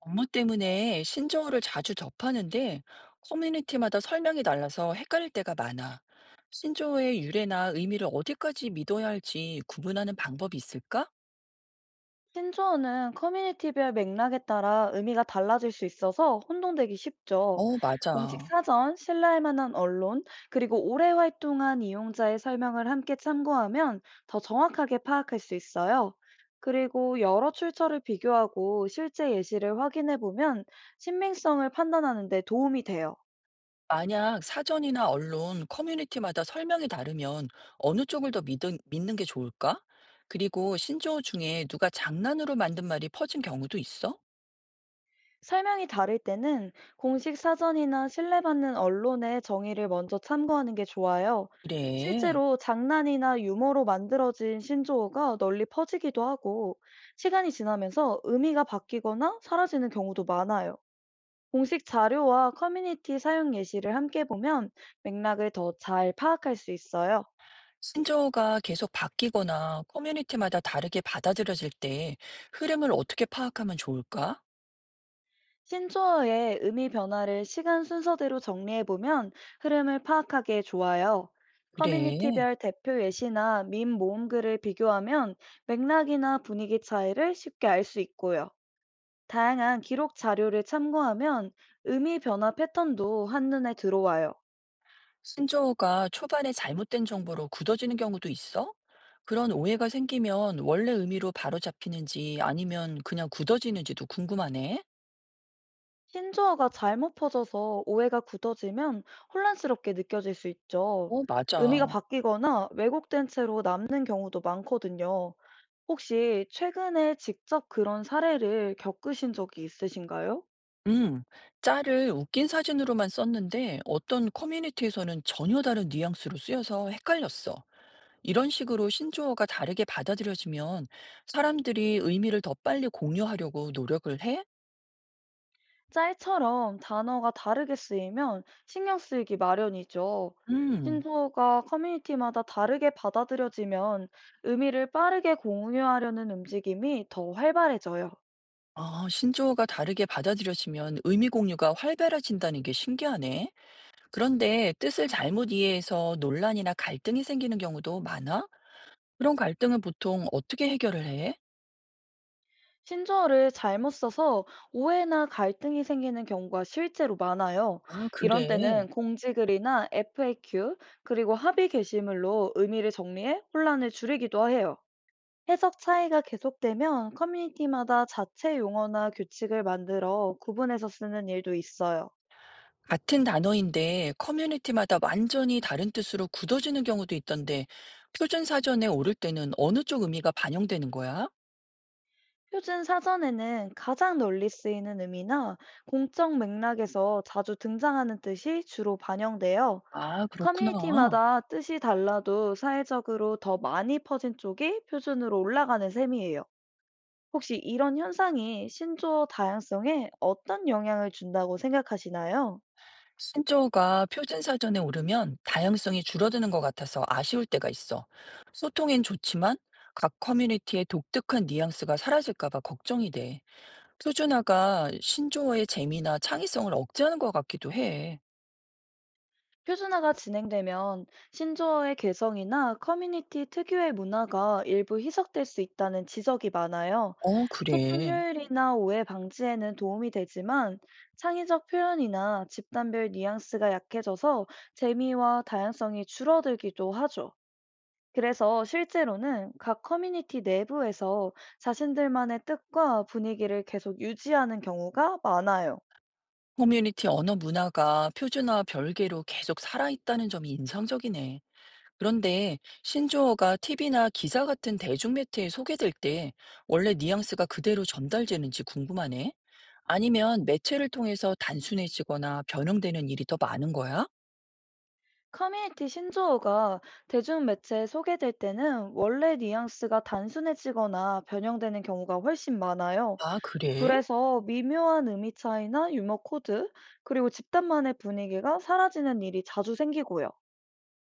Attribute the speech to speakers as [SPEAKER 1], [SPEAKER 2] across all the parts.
[SPEAKER 1] 업무 때문에 신조어를 자주 접하는데 커뮤니티마다 설명이 달라서 헷갈릴 때가 많아. 신조어의 유래나 의미를 어디까지 믿어야 할지 구분하는 방법이 있을까?
[SPEAKER 2] 신조어는 커뮤니티별 맥락에 따라 의미가 달라질 수 있어서 혼동되기 쉽죠.
[SPEAKER 1] 어,
[SPEAKER 2] 공식
[SPEAKER 1] 맞아.
[SPEAKER 2] 사전, 신뢰할 만한 언론, 그리고 오래 활동한 이용자의 설명을 함께 참고하면 더 정확하게 파악할 수 있어요. 그리고 여러 출처를 비교하고 실제 예시를 확인해 보면 신빙성을 판단하는 데 도움이 돼요.
[SPEAKER 1] 만약 사전이나 언론, 커뮤니티마다 설명이 다르면 어느 쪽을 더 믿는 게 좋을까? 그리고 신조어 중에 누가 장난으로 만든 말이 퍼진 경우도 있어?
[SPEAKER 2] 설명이 다를 때는 공식 사전이나 신뢰받는 언론의 정의를 먼저 참고하는 게 좋아요.
[SPEAKER 1] 그래.
[SPEAKER 2] 실제로 장난이나 유머로 만들어진 신조어가 널리 퍼지기도 하고, 시간이 지나면서 의미가 바뀌거나 사라지는 경우도 많아요. 공식 자료와 커뮤니티 사용 예시를 함께 보면 맥락을 더 잘 파악할 수 있어요.
[SPEAKER 1] 신조어가 계속 바뀌거나 커뮤니티마다 다르게 받아들여질 때 흐름을 어떻게 파악하면 좋을까?
[SPEAKER 2] 신조어의 의미 변화를 시간 순서대로 정리해보면 흐름을 파악하기에 좋아요.
[SPEAKER 1] 그래.
[SPEAKER 2] 커뮤니티별 대표 예시나 밈 모음글을 비교하면 맥락이나 분위기 차이를 쉽게 알 수 있고요. 다양한 기록 자료를 참고하면 의미 변화 패턴도 한눈에 들어와요.
[SPEAKER 1] 신조어가 초반에 잘못된 정보로 굳어지는 경우도 있어? 그런 오해가 생기면 원래 의미로 바로 잡히는지 아니면 그냥 굳어지는지도 궁금하네.
[SPEAKER 2] 신조어가 잘못 퍼져서 오해가 굳어지면 혼란스럽게 느껴질 수 있죠.
[SPEAKER 1] 어,
[SPEAKER 2] 의미가
[SPEAKER 1] 맞아.
[SPEAKER 2] 바뀌거나 왜곡된 채로 남는 경우도 많거든요. 혹시 최근에 직접 그런 사례를 겪으신 적이 있으신가요?
[SPEAKER 1] 음, 짤을 웃긴 사진으로만 썼는데 어떤 커뮤니티에서는 전혀 다른 뉘앙스로 쓰여서 헷갈렸어. 이런 식으로 신조어가 다르게 받아들여지면 사람들이 의미를 더 빨리 공유하려고 노력을 해?
[SPEAKER 2] 짤처럼 단어가 다르게 쓰이면 신경 쓰이기 마련이죠.
[SPEAKER 1] 음.
[SPEAKER 2] 신조어가 커뮤니티마다 다르게 받아들여지면 의미를 빠르게 공유하려는 움직임이 더 활발해져요.
[SPEAKER 1] 아, 신조어가 다르게 받아들여지면 의미 공유가 활발해진다는 게 신기하네. 그런데 뜻을 잘못 이해해서 논란이나 갈등이 생기는 경우도 많아? 그런 갈등은 보통 어떻게 해결을 해?
[SPEAKER 2] 신조어를 잘못 써서 오해나 갈등이 생기는 경우가 실제로 많아요.
[SPEAKER 1] 아,
[SPEAKER 2] 이런
[SPEAKER 1] 그래.
[SPEAKER 2] 때는 공지글이나 FAQ, 그리고 합의 게시물로 의미를 정리해 혼란을 줄이기도 해요. 해석 차이가 계속되면 커뮤니티마다 자체 용어나 규칙을 만들어 구분해서 쓰는 일도 있어요.
[SPEAKER 1] 같은 단어인데 커뮤니티마다 완전히 다른 뜻으로 굳어지는 경우도 있던데 표준 사전에 오를 때는 어느 쪽 의미가 반영되는 거야?
[SPEAKER 2] 표준 사전에는 가장 널리 쓰이는 의미나 공적 맥락에서 자주 등장하는 뜻이 주로 반영돼요.
[SPEAKER 1] 아, 그렇구나.
[SPEAKER 2] 커뮤니티마다 뜻이 달라도 사회적으로 더 많이 퍼진 쪽이 표준으로 올라가는 셈이에요. 혹시 이런 현상이 신조어 다양성에 어떤 영향을 준다고 생각하시나요?
[SPEAKER 1] 신조어가 표준 사전에 오르면 다양성이 줄어드는 것 같아서 아쉬울 때가 있어. 소통엔 좋지만 각 커뮤니티의 독특한 뉘앙스가 사라질까 봐 걱정이 돼. 표준화가 신조어의 재미나 창의성을 억제하는 것 같기도 해.
[SPEAKER 2] 표준화가 진행되면 신조어의 개성이나 커뮤니티 특유의 문화가 일부 희석될 수 있다는 지적이 많아요.
[SPEAKER 1] 어,
[SPEAKER 2] 소통
[SPEAKER 1] 그래.
[SPEAKER 2] 효율이나 오해 방지에는 도움이 되지만 창의적 표현이나 집단별 뉘앙스가 약해져서 재미와 다양성이 줄어들기도 하죠. 그래서 실제로는 각 커뮤니티 내부에서 자신들만의 뜻과 분위기를 계속 유지하는 경우가 많아요.
[SPEAKER 1] 커뮤니티 언어 문화가 표준화와 별개로 계속 살아있다는 점이 인상적이네. 그런데 신조어가 TV나 기사 같은 대중매체에 소개될 때 원래 뉘앙스가 그대로 전달되는지 궁금하네. 아니면 매체를 통해서 단순해지거나 변형되는 일이 더 많은 거야?
[SPEAKER 2] 커뮤니티 신조어가 대중매체에 소개될 때는 원래 뉘앙스가 단순해지거나 변형되는 경우가 훨씬 많아요.
[SPEAKER 1] 아, 그래?
[SPEAKER 2] 그래서 미묘한 의미 차이나 유머 코드, 그리고 집단만의 분위기가 사라지는 일이 자주 생기고요.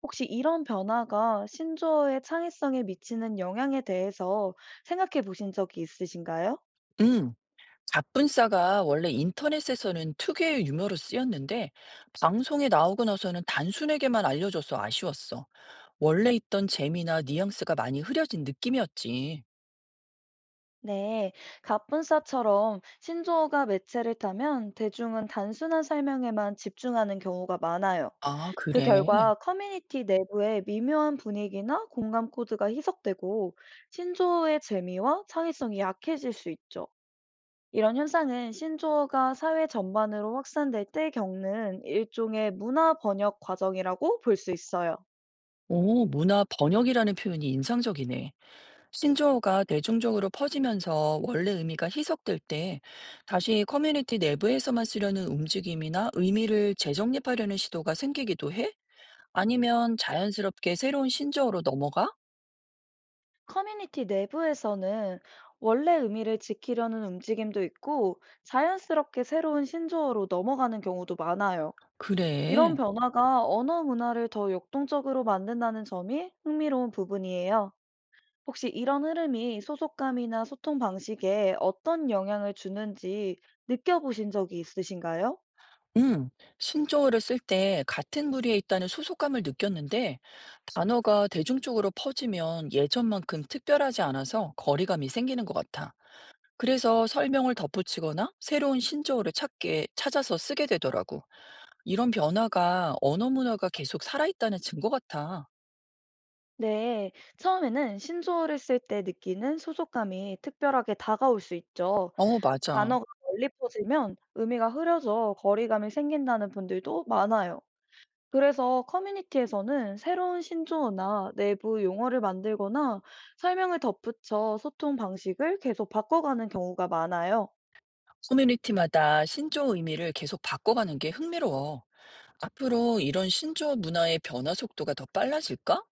[SPEAKER 2] 혹시 이런 변화가 신조어의 창의성에 미치는 영향에 대해서 생각해 보신 적이 있으신가요?
[SPEAKER 1] 응. 갑분싸가 원래 인터넷에서는 특유의 유머로 쓰였는데 방송에 나오고 나서는 단순하게만 알려줘서 아쉬웠어. 원래 있던 재미나 뉘앙스가 많이 흐려진 느낌이었지.
[SPEAKER 2] 네, 갑분싸처럼 신조어가 매체를 타면 대중은 단순한 설명에만 집중하는 경우가 많아요.
[SPEAKER 1] 아,
[SPEAKER 2] 그
[SPEAKER 1] 그래.
[SPEAKER 2] 결과 커뮤니티 내부의 미묘한 분위기나 공감 코드가 희석되고 신조어의 재미와 창의성이 약해질 수 있죠. 이런 현상은 신조어가 사회 전반으로 확산될 때 겪는 일종의 문화 번역 과정이라고 볼 수 있어요.
[SPEAKER 1] 오, 문화 번역이라는 표현이 인상적이네. 신조어가 대중적으로 퍼지면서 원래 의미가 희석될 때 다시 커뮤니티 내부에서만 쓰려는 움직임이나 의미를 재정립하려는 시도가 생기기도 해? 아니면 자연스럽게 새로운 신조어로 넘어가?
[SPEAKER 2] 커뮤니티 내부에서는 원래 의미를 지키려는 움직임도 있고 자연스럽게 새로운 신조어로 넘어가는 경우도 많아요. 이런
[SPEAKER 1] 그래.
[SPEAKER 2] 변화가 언어 문화를 더 역동적으로 만든다는 점이 흥미로운 부분이에요. 혹시 이런 흐름이 소속감이나 소통 방식에 어떤 영향을 주는지 느껴보신 적이 있으신가요?
[SPEAKER 1] 응. 신조어를 쓸 때 같은 무리에 있다는 소속감을 느꼈는데 단어가 대중적으로 퍼지면 예전만큼 특별하지 않아서 거리감이 생기는 것 같아. 그래서 설명을 덧붙이거나 새로운 신조어를 찾게 찾아서 쓰게 되더라고. 이런 변화가 언어 문화가 계속 살아있다는 증거 같아.
[SPEAKER 2] 네, 처음에는 신조어를 쓸 때 느끼는 소속감이 특별하게 다가올 수 있죠.
[SPEAKER 1] 어, 맞아.
[SPEAKER 2] 단어가 멀리 퍼지면 의미가 흐려져 거리감이 생긴다는 분들도 많아요. 그래서 커뮤니티에서는 새로운 신조어나 내부 용어를 만들거나 설명을 덧붙여 소통 방식을 계속 바꿔가는 경우가 많아요.
[SPEAKER 1] 커뮤니티마다 신조어 의미를 계속 바꿔가는 게 흥미로워. 앞으로 이런 신조어 문화의 변화 속도가 더 빨라질까?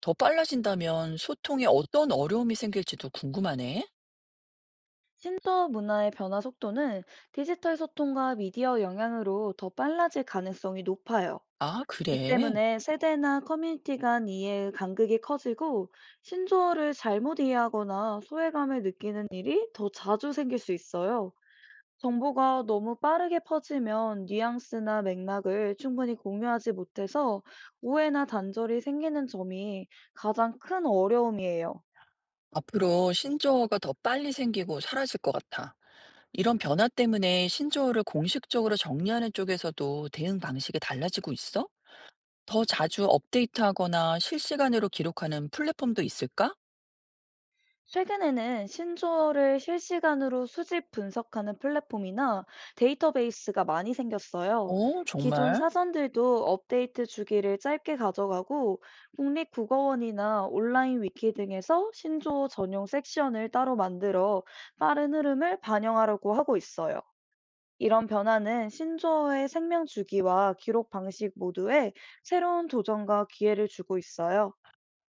[SPEAKER 1] 더 빨라진다면 소통에 어떤 어려움이 생길지도 궁금하네.
[SPEAKER 2] 신어 문화의 변화 속도는 디지털 소통과 미디어 영향으로 더 빨라질 가능성이 높아요.
[SPEAKER 1] 아,
[SPEAKER 2] 이
[SPEAKER 1] 그래.
[SPEAKER 2] 때문에 세대나 커뮤니티 간 이해의 간극이 커지고 신조어를 잘못 이해하거나 소외감을 느끼는 일이 더 자주 생길 수 있어요. 정보가 너무 빠르게 퍼지면 뉘앙스나 맥락을 충분히 공유하지 못해서 오해나 단절이 생기는 점이 가장 큰 어려움이에요.
[SPEAKER 1] 앞으로 신조어가 더 빨리 생기고 사라질 것 같아. 이런 변화 때문에 신조어를 공식적으로 정리하는 쪽에서도 대응 방식이 달라지고 있어? 더 자주 업데이트하거나 실시간으로 기록하는 플랫폼도 있을까?
[SPEAKER 2] 최근에는 신조어를 실시간으로 수집 분석하는 플랫폼이나 데이터베이스가 많이 생겼어요.
[SPEAKER 1] 어,
[SPEAKER 2] 기존
[SPEAKER 1] 정말?
[SPEAKER 2] 사전들도 업데이트 주기를 짧게 가져가고 국립국어원이나 온라인 위키 등에서 신조어 전용 섹션을 따로 만들어 빠른 흐름을 반영하려고 하고 있어요. 이런 변화는 신조어의 생명 주기와 기록 방식 모두에 새로운 도전과 기회를 주고 있어요.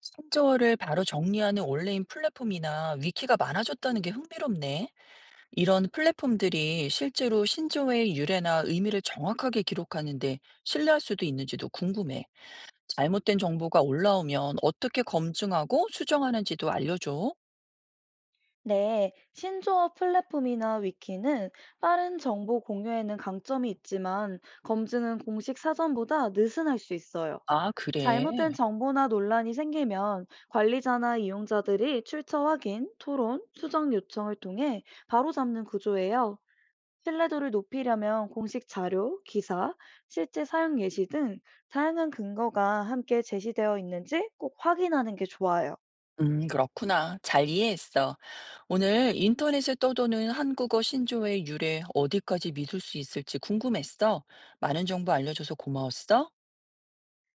[SPEAKER 1] 신조어를 바로 정리하는 온라인 플랫폼이나 위키가 많아졌다는 게 흥미롭네. 이런 플랫폼들이 실제로 신조어의 유래나 의미를 정확하게 기록하는데 신뢰할 수도 있는지도 궁금해. 잘못된 정보가 올라오면 어떻게 검증하고 수정하는지도 알려줘.
[SPEAKER 2] 네, 신조어 플랫폼이나 위키는 빠른 정보 공유에는 강점이 있지만 검증은 공식 사전보다 느슨할 수 있어요.
[SPEAKER 1] 아, 그래.
[SPEAKER 2] 잘못된 정보나 논란이 생기면 관리자나 이용자들이 출처 확인, 토론, 수정 요청을 통해 바로잡는 구조예요. 신뢰도를 높이려면 공식 자료, 기사, 실제 사용 예시 등 다양한 근거가 함께 제시되어 있는지 꼭 확인하는 게 좋아요.
[SPEAKER 1] 그렇구나. 잘 이해했어. 오늘 인터넷에 떠도는 한국어 신조어의 유래 어디까지 믿을 수 있을지 궁금했어. 많은 정보 알려줘서 고마웠어.